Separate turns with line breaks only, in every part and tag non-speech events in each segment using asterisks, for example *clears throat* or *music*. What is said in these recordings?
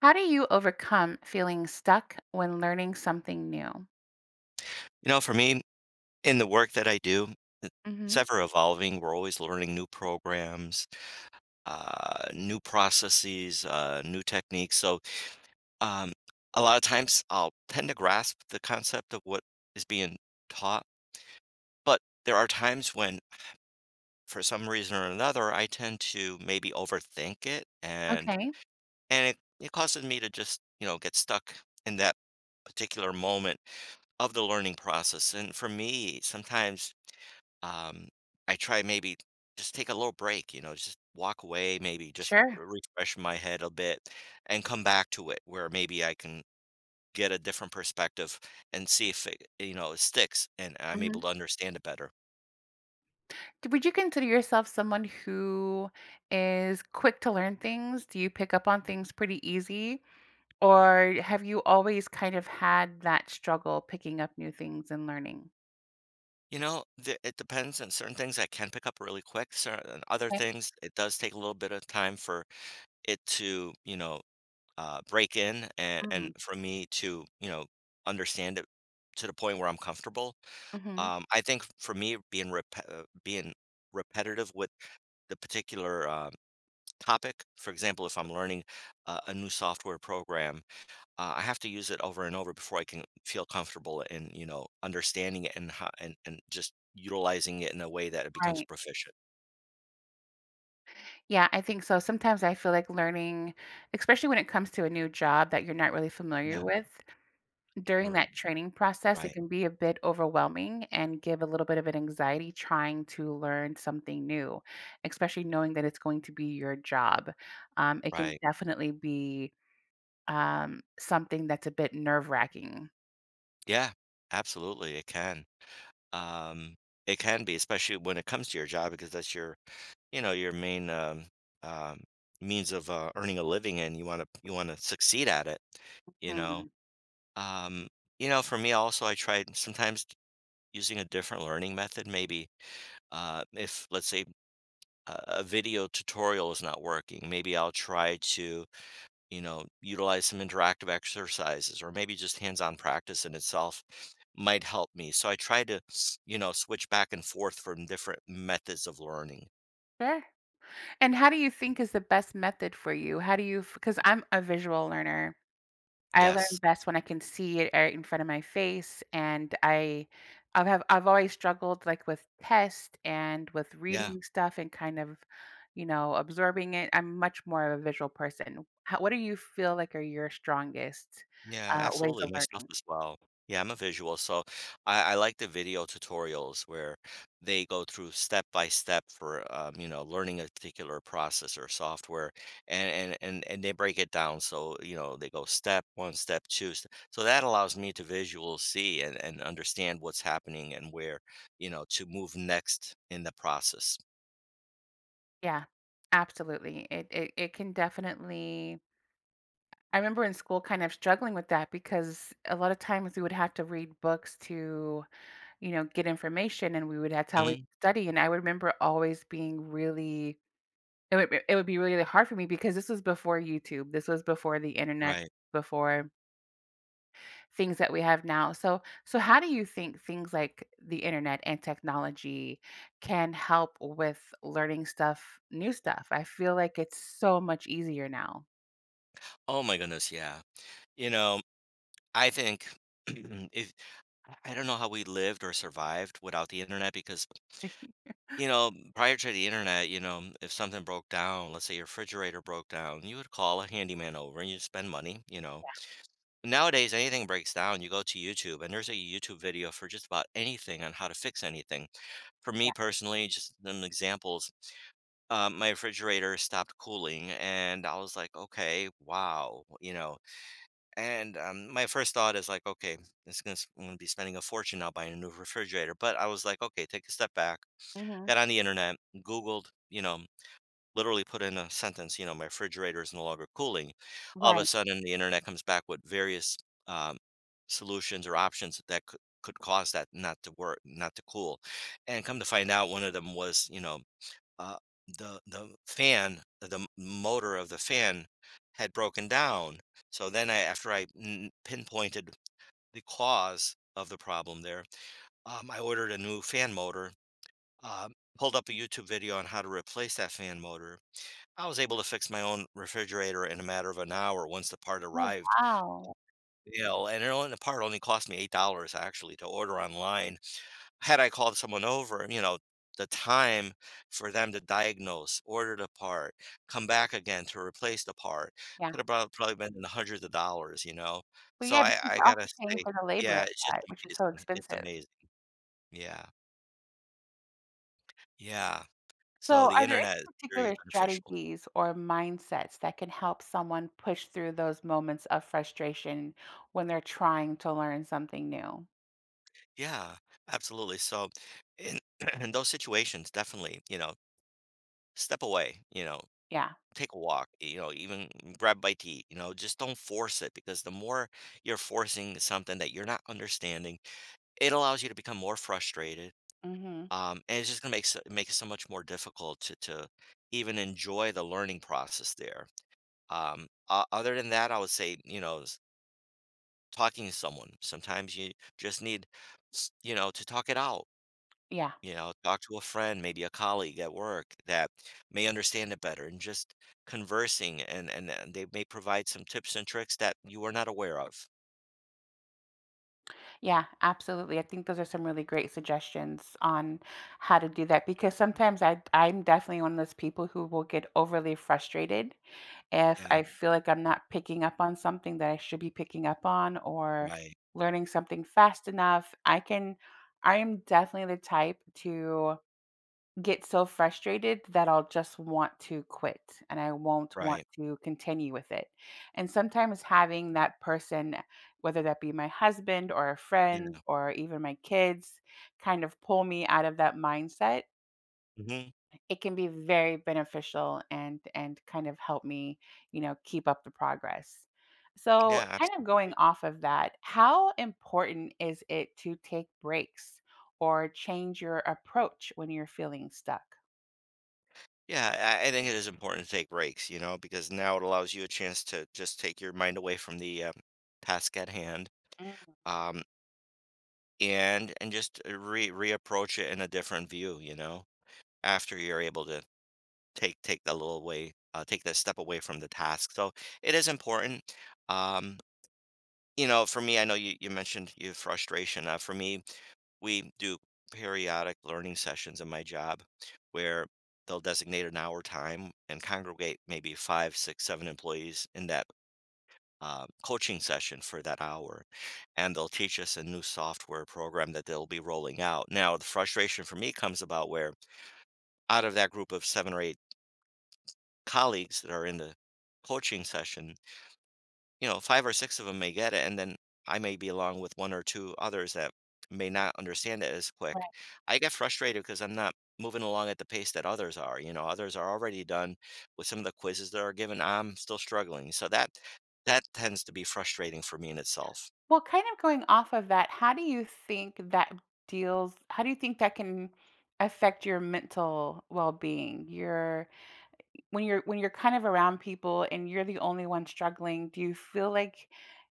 How do you overcome feeling stuck when learning something new?
You know, for me, in the work that I do, i- it's
Hmm.
ever evolving. We're always learning new programs, new processes, new techniques. So, um, a lot of times I'll tend to grasp the concept of what is being taught, but there are times when, for some reason or another, I tend to maybe overthink it, and
Okay,
and it, it causes me to just get stuck in that particular moment of the learning process. And for me, sometimes Um, I try maybe just take a little break, you know, just walk away, maybe just
sure.
refresh my head a bit and come back to it where maybe I can get a different perspective and see if it, you know, it sticks and I'm able
Hmm.
to understand it better.
Would you consider yourself someone who is quick to learn things? Do you pick up on things pretty easy? Or have you always kind of had that struggle picking up new things and learning?
You know, it depends on certain things I can pick up really quick. Certain other
Okay.
things, it does take a little bit of time for it to, you know, break in and,
Hmm.
and for me to, you know, understand it to the point where I'm comfortable.
Hmm.
I think for me, being being repetitive with the particular topic, for example, if I'm learning a new software program, I have to use it over and over before I can feel comfortable in understanding it and ho- and just utilizing it in a way that it becomes
Right.
proficient.
Yeah, I think so. Sometimes I feel like learning, especially when it comes to a new job that you're not really familiar
Yeah.
with. During
r-
that training process, it
Right.
can be a bit overwhelming and give a little bit of an anxiety trying to learn something new, especially knowing that it's going to be your job. It can
Right.
definitely be something that's a bit nerve wracking.
Yeah. Absolutely. It can. Um, it can be, especially when it comes to your job, because that's your your main, um, means of, earning a living and you wanna succeed at it, you know?
Mhm.
Um, you know, for me also, I tried sometimes using a different learning method, maybe, if, let's say, a video tutorial is not working, maybe I'll try to, you know, utilize some interactive exercises or maybe just hands-on practice in itself might help me. So I try to, you know, switch back and forth from different methods of learning.
Sure. And how do you think is the best method for you? How do you, because I'm a visual learner, I learn
Yes.
best when I can see it right in front of my face, and I I've have I've always struggled, like, with tests and with
Yeah.
reading stuff and kind of, you know, absorbing it. I'm much more of a visual person. How, what do you feel like are your strongest,
Yeah,
ways of
absolutely. Myself
learning?
as well. Yeah, I'm a visual, so I like the video tutorials where they go through step by step for you know learning a particular process or software, and they break it down. So you know they go step one, step two. So that allows me to visual see and understand what's happening and where you know to move next in the process.
Yeah, absolutely. It can definitely, I remember in school kind of struggling with that because a lot of times we would have to read books to, you know, get information and we would, that's how we
Mhm.
study, and I remember always being really, it would be really hard for me because this was before YouTube, this was before the internet,
Right.
before things that we have now. So, so how do you think things like the internet and technology can help with learning stuff, new stuff? I feel like it's so much easier now.
Oh my goodness. Yeah. You know, I think. *clears throat* if I don't know how we lived or survived without the internet because, you know, prior to the internet, you know, if something broke down, let's say your refrigerator broke down, you would call a handyman over and you'd spend money, you know. Nowadays, anything breaks down, you go to YouTube and there's a YouTube video for just about anything on how to fix anything. For me personally, just some examples, my refrigerator stopped cooling and I was like, okay, wow, you know. And my first thought is like, okay, this gonna, I'm going to be spending a fortune now buying a new refrigerator. But I was like, okay, take a step back.
Mhm.
Got on the internet, Googled, you know, literally put in a sentence, you know, my refrigerator is no longer cooling. All of a
Right.
sudden, the internet comes back with various um, solutions or options that could cause that not to work, not to cool. And come to find out, one of them was, you know, uh, the fan, the motor of the fan had broken down. So then after I pinpointed the cause of the problem there, I ordered a new fan motor, uh, pulled up a YouTube video on how to replace that fan motor. I was able to fix my own refrigerator in a matter of an hour once the part
Oh,
arrived.
wow.
You know, and the part only cost me $8 actually to order online had I called someone over, you know, the time for them to diagnose, order the part, come back again to replace the part
Yeah.
could have probably been in the hundreds of dollars, you know?
But
So
yeah,
I
because
I
you're
gotta
also paying
say
for the labor
yeah,
of
it's just
that, which is so
amazing. It's
expensive.
amazing. Yeah. Yeah. So
So,
the
are there any
internet is very
particular
beneficial.
strategies or mindsets that can help someone push through those moments of frustration when they're trying to learn something new?
Yeah, absolutely. So in *clears throat* in those situations, definitely, you know, step away, you know?
Yeah.
Take a walk, you know, even grab a bite to eat, you know, just don't force it because the more you're forcing something that you're not understanding, it allows you to become more frustrated.
Hmm.
And it's just going to make, make it so much more difficult to even enjoy the learning process there. Other than that, I would say, you know, talking to someone. Sometimes you just need, you know, to talk it out
Yeah.
you know, talk to a friend, maybe a colleague at work that may understand it better and just conversing and they may provide some tips and tricks that you are not aware of.
Yeah. Absolutely. I think those are some really great suggestions on how to do that because sometimes I'm definitely one of those people who will get overly frustrated. If
Yeah,
I feel like I'm not picking up on something that I should be picking up on or
right,
learning something fast enough, I can, I am definitely the type to get so frustrated that I'll just want to quit and I won't want
right.
to continue with it. And sometimes having that person, whether that be my husband or a friend
Yeah.
or even my kids, kind of pull me out of that mindset,
Hmm.
it can be very beneficial and kind of help me, you know, keep up the progress. So,
Yeah,
kind of going
absolutely.
off of that, how important is it to take breaks or change your approach when you're feeling stuck?
Yeah, I think it is important to take breaks, you know, because now it allows you a chance to just take your mind away from the task at hand,
Mm,
um, and just re reapproach it in a different view, you know, after you're able to take a little away, take that step away from the task. So it is important. Um, you know, for me, I know you mentioned your frustration. For me, we do periodic learning sessions in my job where they'll designate an hour time and congregate maybe five, six, seven employees in that coaching session for that hour. And they'll teach us a new software program that they'll be rolling out. Now, the frustration for me comes about where out of that group of seven or eight colleagues that are in the coaching session, you know, 5 or 6 of them may get it, and then I may be along with 1 or 2 others that may not understand it as quick.
right.
I get frustrated because 'cause I'm not moving along at the pace that others are, you know, others are already done with some of the quizzes that are given, I'm still struggling, so that tends to be frustrating for me in itself.
Well, kind of going off of that, how do you think that can affect your mental well-being? Your, when you're kind of around people and you're the only one struggling, do you feel like,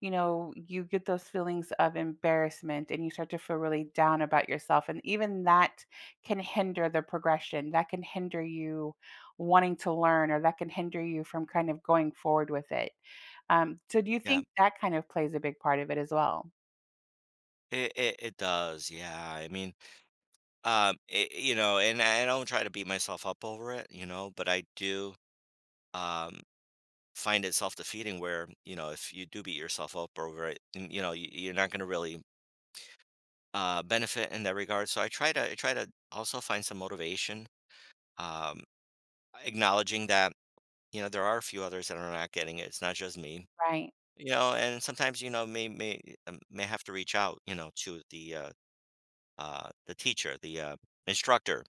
you know, you get those feelings of embarrassment and you start to feel really down about yourself, and even that can hinder the progression. That can hinder you wanting to learn or that can hinder you from kind of going forward with it. So do you
Yeah.
think that kind of plays a big part of it as well?
It does, yeah, I mean, it you know, and I don't try to beat myself up over it, you know, but I do, um find it self-defeating where you know if you do beat yourself up over it and, you know you're not going to really benefit in that regard, so I try to also find some motivation, um, acknowledging that you know there are a few others that are not getting it, it's not just me,
Right.
you know, and sometimes you know may have to reach out you know to the teacher, the instructor,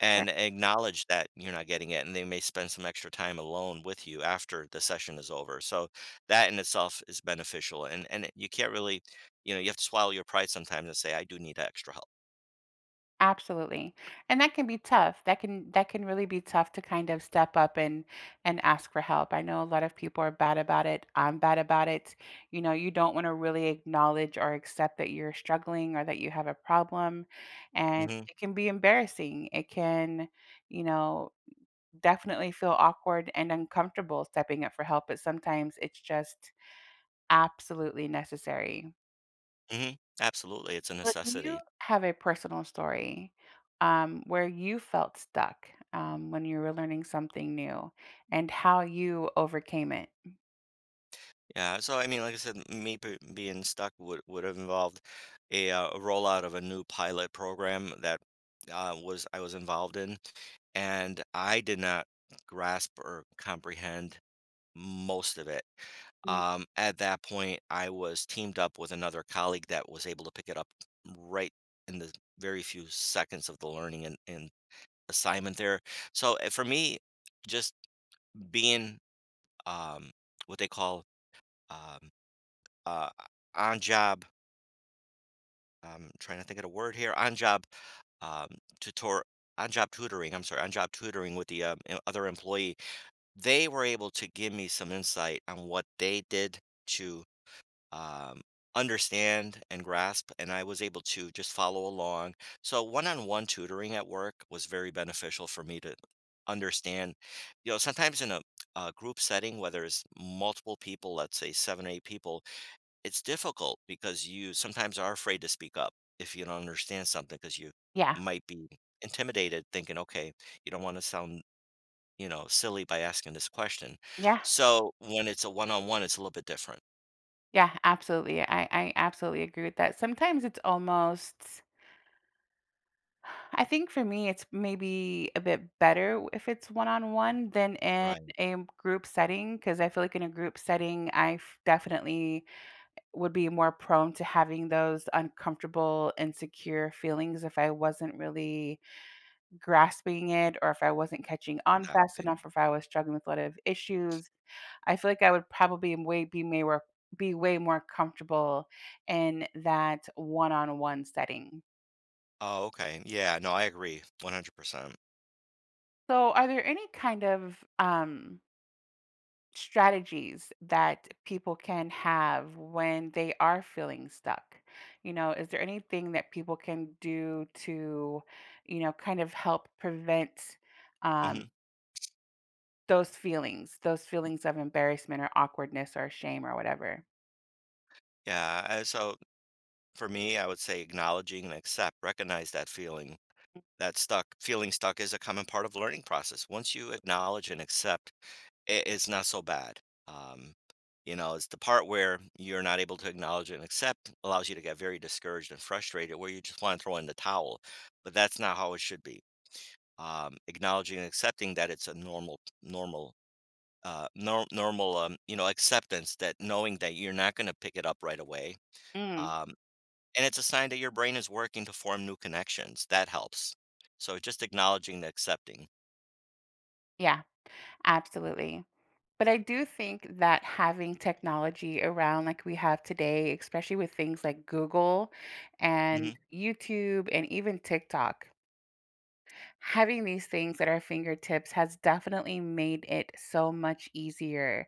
and acknowledge that you're not getting it, and they may spend some extra time alone with you after the session is over. So that in itself is beneficial, and you can't really, you know, you have to swallow your pride sometimes and say, "I do need extra help."
Absolutely. And that can be tough. That can, that can really be tough to kind of step up and ask for help. I know a lot of people are bad about it. I'm bad about it. You know, you don't want to really acknowledge or accept that you're struggling or that you have a problem. And
Hmm.
it can be embarrassing. It can, you know, definitely feel awkward and uncomfortable stepping up for help, but sometimes it's just absolutely necessary.
Hmm. Absolutely, it's a necessity.
Have a personal story, where you felt stuck when you were learning something new and how you overcame it.
Yeah. So I mean, like I said, me being stuck would have involved a rollout of a new pilot program that was I was involved in, and I did not grasp or comprehend most of it.
Mm.
At that point, I was teamed up with another colleague that was able to pick it up right in the very few seconds of the learning and assignment there. So for me, just being um, what they call um, uh, on job, I'm trying to think of the word here, on job um, tutor, on job tutoring, I'm sorry, on job tutoring with the other employee, they were able to give me some insight on what they did to um, understand and grasp, and I was able to just follow along. So one-on-one tutoring at work was very beneficial for me to understand. You know, sometimes in a group setting where there's multiple people, let's say seven or eight people, it's difficult because you sometimes are afraid to speak up if you don't understand something because you
Yeah,
might be intimidated, thinking, okay, you don't want to sound silly by asking this question,
yeah,
so when it's a one-on-one it's a little bit different.
yeah, absolutely. I absolutely agree with that. Sometimes it's almost, I think for me, it's maybe a bit better if it's one on one than in
Right.
a group setting, because I feel like in a group setting, definitely would be more prone to having those uncomfortable, insecure feelings if I wasn't really grasping it or if I wasn't catching on fast
Exactly.
enough or if I was struggling with a lot of issues, I feel like I would probably way be may work be way more comfortable in that one-on-one setting.
Oh, okay. Yeah, no, I agree 100%.
So are there any kind of strategies that people can have when they are feeling stuck? You know, is there anything that people can do to, you know, kind of help prevent um
Mhm.
those feelings, those feelings of embarrassment or awkwardness or shame or whatever.
Yeah, so for me, I would say recognize that feeling.
Mm.
That stuck feeling stuck is a common part of learning process. Once you acknowledge and accept, it, it's not so bad. Um, you know, it's the part where you're not able to acknowledge and accept allows you to get very discouraged and frustrated, where you just want to throw in the towel. But that's not how it should be. Acknowledging and accepting that it's a normal normal nor- normal, you know, acceptance that knowing that you're not going to pick it up right away.
Mm,
Um, and it's a sign that your brain is working to form new connections. That helps. So just acknowledging the accepting.
yeah, absolutely. But I do think that having technology around like we have today, especially with things like Google and
Hmm.
YouTube and even TikTok, having these things at our fingertips has definitely made it so much easier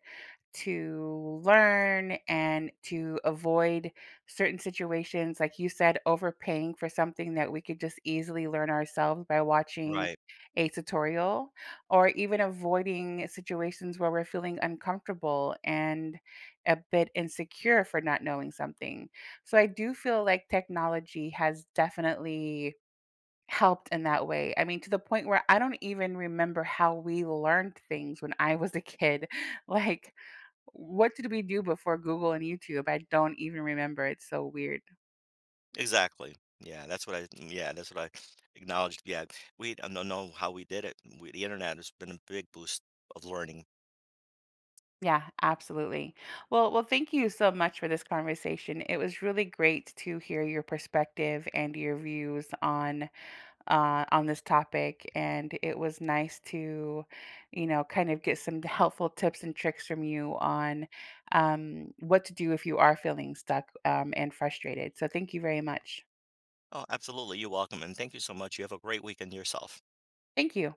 to learn and to avoid certain situations, like you said, overpaying for something that we could just easily learn ourselves by watching
Right.
a tutorial, or even avoiding situations where we're feeling uncomfortable and a bit insecure for not knowing something. So I do feel like technology has definitely helped in that way. I mean, to the point where I don't even remember how we learned things when I was a kid. *laughs* Like, what did we do before Google and YouTube? I don't even remember. It's so weird.
Exactly. Yeah. That's what I, mm, yeah, that's what I acknowledged. Yeah. We I don't know how we did it. We, the internet has been a big boost of learning.
Yeah, absolutely. Well, thank you so much for this conversation. It was really great to hear your perspective and your views on, on this topic, and it was nice to, you know, kind of get some helpful tips and tricks from you on, what to do if you are feeling stuck, and frustrated. So, thank you very much.
Oh, absolutely. You're welcome. And thank you so much. You have a great weekend yourself.
Thank you.